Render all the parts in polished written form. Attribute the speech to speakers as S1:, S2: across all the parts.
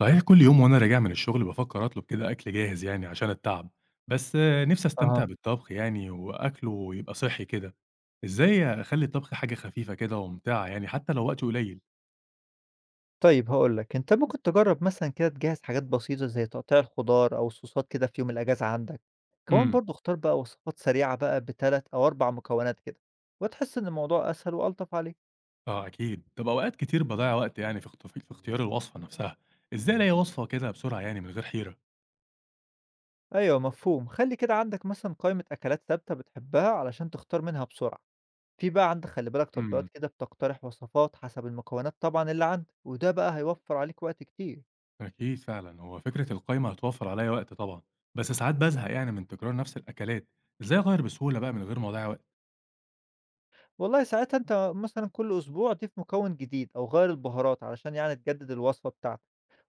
S1: صحيح كل يوم وأنا راجع من الشغل بافكر أطلب كده أكل جاهز يعني عشان التعب، بس آه، نفسي أستمتع
S2: أها،
S1: بالطبخ يعني وأكله يبقى صحّي كده. إزاي أخلّي الطبخ حاجة خفيفة كده وممتعة يعني حتى لو وقتي قليل؟
S2: طيب هاقول لك، أنت ممكن تجرّب مثلًا كده تجهّز حاجات بسيطة زي تقطيع الخضار أو الصوصات كده في يوم الأجازة عندك، كمان
S1: إمم،
S2: برضه اختار بقى وصفات سريعة بقى ب3 أو 4 مكونات كده، وهتحس إن الموضوع أسهل وألطف عليك.
S1: آه أكيد. طب أوقات كتير باضيّع وقت يعني في اختيار الوصفة نفسها. إزاي ألاقي وصفة كده بسرعة يعني من غير حيرة؟
S2: أيوه مفهوم، خلّي كده عندك مثلًا قائمة أكلات ثابتة بتحبها علشان تختار منها بسرعة، في بقى عندك خلّي بالك تطبيقات
S1: إمم،
S2: كده بتقترح وصفات حسب المكونات طبعًا اللي عندك، وده بقى هيوفّر عليك وقت كتير.
S1: أكيد فعلًا، هو فكرة القايمة هتوفّر عليّا وقت طبعًا، بس ساعات بازهق يعني من تكرار نفس الأكلات. إزاي أغيّر بسهولة بقى من غير ما أضيّع وقت؟
S2: والله ساعتها أنت مثلًا كل أسبوع ضيف مكون جديد أو غيّر البهارات علشان يعني تجدد الوصفة بتاعتك،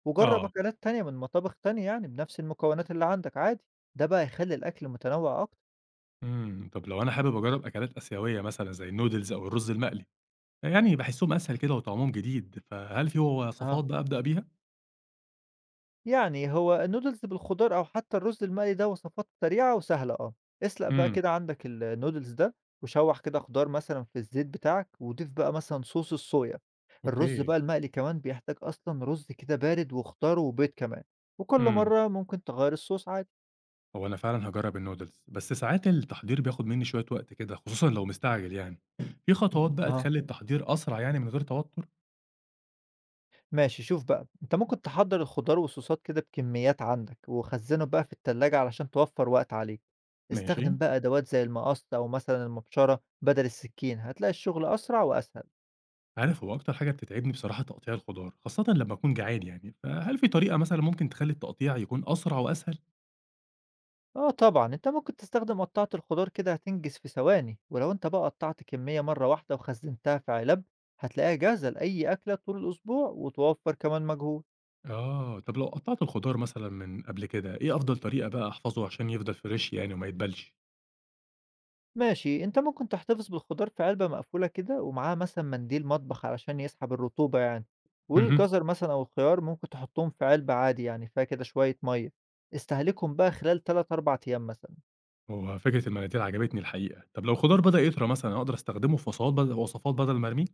S2: وجرّب
S1: آه.
S2: أكلات تانية من مطابخ تانية يعني بنفس المكونات اللي عندك عادي، ده بقى هيخلّي الأكل متنوع أكتر.
S1: طب لو أنا حابب أجرّب أكلات آسيوية مثلًا زي الnoodles أو الرز المقلي، يعني باحسّهم أسهل كده وطعمهم جديد، فهل في
S2: أها.
S1: وصفات بقى أبدأ بيها؟
S2: يعني هو النودلز بالخضار أو حتى الرز المقلي ده وصفات سريعة وسهلة آه، اسلق بقى
S1: إمم.
S2: كده عندك النودلز ده وشوّح كده خضار مثلًا في الزيت بتاعك وضيف بقى مثلًا صوص الصويا، الرز
S1: أوكي.
S2: بقى المقلي كمان بيحتاج أصلًا رز كده بارد وخضار وبيض كمان، وكل
S1: إمم،
S2: مرّة ممكن تغيّر الصوص عادي.
S1: هو أنا فعلًا هاجرّب الnoodles، بس ساعات التحضير بياخد منّي شوية وقت كده، خصوصًا لو مستعجل يعني. في خطوات بقى
S2: أها،
S1: تخلّي التحضير أسرع يعني من غير توتر؟
S2: ماشي شوف بقى أنت ممكن تحضّر الخضار والصوصات كده بكميات عندك، وخزّنه بقى في التلاجة علشان توفّر وقت عليك،
S1: ماشي.
S2: استخدم بقى أدوات زي المقص أو مثلًا المبشرة بدل السكين، هتلاقي الشغل أسرع وأسهل.
S1: عارف هو أكتر حاجة بتتعبني بصراحة تقطيع الخضار، خاصةً لمّا أكون جعان يعني، فهل في طريقة مثلًا ممكن تخلّي التقطيع يكون أسرع وأسهل؟
S2: آه طبعًا، أنت ممكن تستخدم قطّاعة الخضار كده هتنجز في ثواني، ولو أنت بقى قطّعت كمية مرّة واحدة وخزّنتها في علب، هتلاقيها جاهزة لأي أكلة طول الأسبوع وتوفّر كمان مجهود.
S1: آه. طب لو قطّعت الخضار مثلًا من قبل كده، إيه أفضل طريقة بقى أحفظه عشان يفضل فريش يعني وما يتبلش؟
S2: ماشي، أنت ممكن تحتفظ بالخضار في علبة مقفولة كده ومعاها مثلًا منديل مطبخ علشان يسحب الرطوبة يعني،
S1: اهم.
S2: والجزر مثلًا أو الخيار ممكن تحطهم في علبة عادي يعني فيها كده شوية مَيّة، استهلكهم بقى خلال 3، 4 أيام مثلًا.
S1: هو فكرة المناديل عجبتني الحقيقة. طب لو الخضار بدأ يطرى مثلًا، أقدر أستخدمه في وصفات بدل ما أرميه؟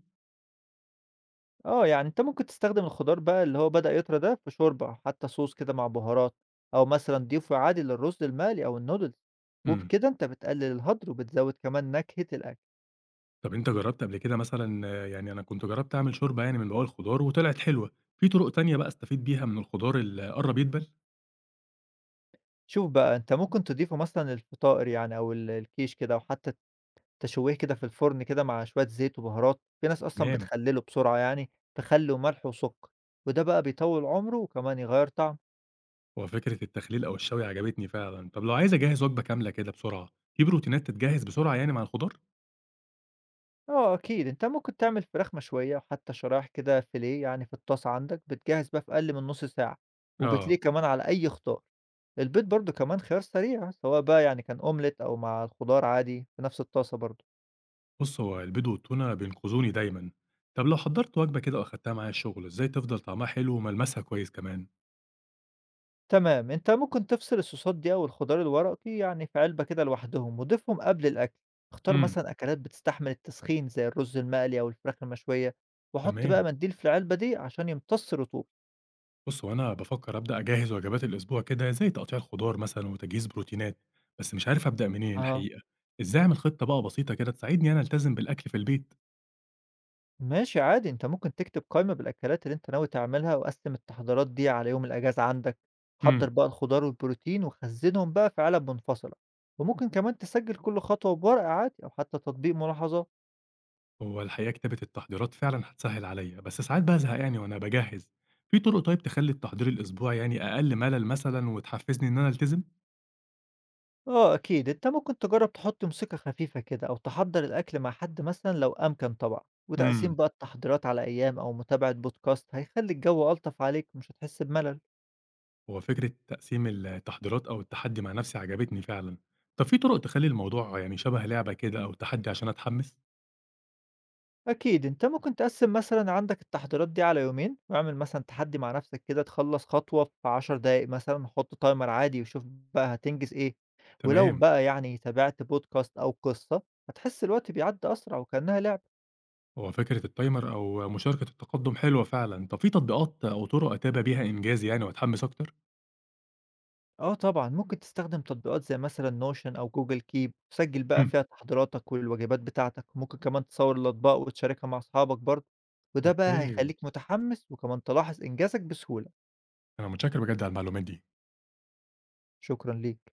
S2: آه، يعني أنت ممكن تستخدم الخضار بقى اللي هو بدأ يطرى ده في شوربة أو حتى صوص كده مع بهارات، أو مثلًا ضيفه عادي للرز المقلي أو النودلز،
S1: إمم.
S2: وبكده أنت بتقلل الهدر وبتزود كمان نكهة الأكل.
S1: طب أنت جرّبت قبل كده مثلًا آه، يعني أنا كنت جرّبت أعمل شوربة يعني من بواقي الخضار وطلعت حلوة. في طرق تانية بقى أستفيد بيها من الخضار اللي قرّب يدبل؟
S2: شوف بقى أنت ممكن تضيفه مثلًا للفطائر يعني أو ال الكيش كده أو حتى تشويه كده في الفرن كده مع شوية زيت وبهارات، في ناس أصلًا
S1: تمام.
S2: بتخلّله بسرعة يعني بخل وملح وسُكّر، وده بقى بيطوّل عمره وكمان يغيّر طعمه.
S1: هو فكرة التخليل أو الشوي عجبتني فعلًا. طب لو عايز أجهّز وجبة كاملة كده بسرعة، في بروتينات تتجهّز بسرعة يعني مع الخضار؟
S2: آه أكيد، أنت ممكن تعمل فراخ مشوية وحتى شرايح كده فيليه يعني في الطاسة عندك، بتجهّز بقى في أقل من نُص ساعة،
S1: آه.
S2: وبتليه كمان على أي خضار. البيض برضه كمان خيار سريع، سواء بقى يعني كان أومليت أو مع الخضار عادي في نفس الطاسة برضه.
S1: بص هو البيض والتونة بينقذوني دايما. طب لو حضرت وجبة كده وأخدتها معايا الشغل، إزاي تفضل طعمها حلو وملمسها كويس كمان؟
S2: تمام أنت ممكن تفصل الصوصات دي أو الخضار الورقي يعني في علبة كده لوحدهم وضيفهم قبل الأكل، اختار
S1: امم.
S2: مثلا أكلات بتستحمل التسخين زي الرز المقلي أو الفراخ المشوية، وحط بقى
S1: تمام.
S2: منديل في العلبة دي عشان يمتص الرطوبة.
S1: بص هو أنا بفكر أبدأ أجهز وجبات الأسبوع كده زي تقطيع الخضار مثلا وتجهيز بروتينات، بس مش عارف أبدأ منين
S2: اه
S1: الحقيقة. إزاي أعمل خطة بقى بسيطة كده تساعدني أنا ألتزم بالأكل في البيت؟
S2: ماشي عادي، أنت ممكن تكتب قائمة بالأكلات اللي أنت ناوي تعملها وقسم التحضيرات دي على يوم الأجازة عندك، حضر
S1: امم.
S2: بقى الخضار والبروتين وخزنهم بقى في علب منفصلة، وممكن كمان تسجل كل خطوة بورقة عادي أو حتى تطبيق ملاحظات.
S1: هو الحقيقة كتابة التحضيرات فعلا هتسهل عليا، بس ساعات بزهق يعني وأنا بجهز. في طرق طيب تخلي التحضير الأسبوع يعني أقل ملل مثلا وتحفزني إن أنا ألتزم؟
S2: آه أكيد، أنت ممكن تجرّب تحُط موسيقى خفيفة كده أو تحضّر الأكل مع حد مثلًا لو أمكن طبعًا، وتقسيم بقى التحضيرات على أيام أو متابعة بودكاست هيخلّي الجو ألطف عليك ومش هتحس بملل.
S1: هو فكرة تقسيم التحضيرات أو التحدّي مع نَفْسي عجبتني فعلًا. طَب في طُرق تخلّي الموضوع يعني شَبه لعبة كده أو تحدّي عشان أتحمّس؟
S2: أكيد، أنت ممكن تقسّم مثلًا عندك التحضيرات دي على يومين، واعمل مثلًا تحدّي مع نَفْسك كده تخلّص خطوة في 10 دقايق مثلًا، حُط تايمر عادي وشوف بقى هتنجز إيه، ولو
S1: تمام.
S2: بقى يعني تابعت بودكاست أو قِصّة هتحس الوقت بيعدّي أسرع وكإنّها لعبة.
S1: هو فكرة الtimer أو مشاركة التقدُّم حلوة فعلًا. طَب في تطبيقات أو طُرق أتابع بيها إنجازي يعني وأتحمّس أكتر؟
S2: آه طبعًا، ممكن تستخدم تطبيقات زي مثلًا notion أو google keep وتسجل بقى
S1: إمم.
S2: فيها تحضيراتك والوجبات بتاعتك، ممكن كمان تصور الأطباق وتشاركها مع أصحابك برضه، وده بقى
S1: أوكي.
S2: هيخليك متحمس وكمان تلاحظ إنجازك بسهولة.
S1: أنا متشكّر بجد على المعلومات دي.
S2: شكرًا ليك.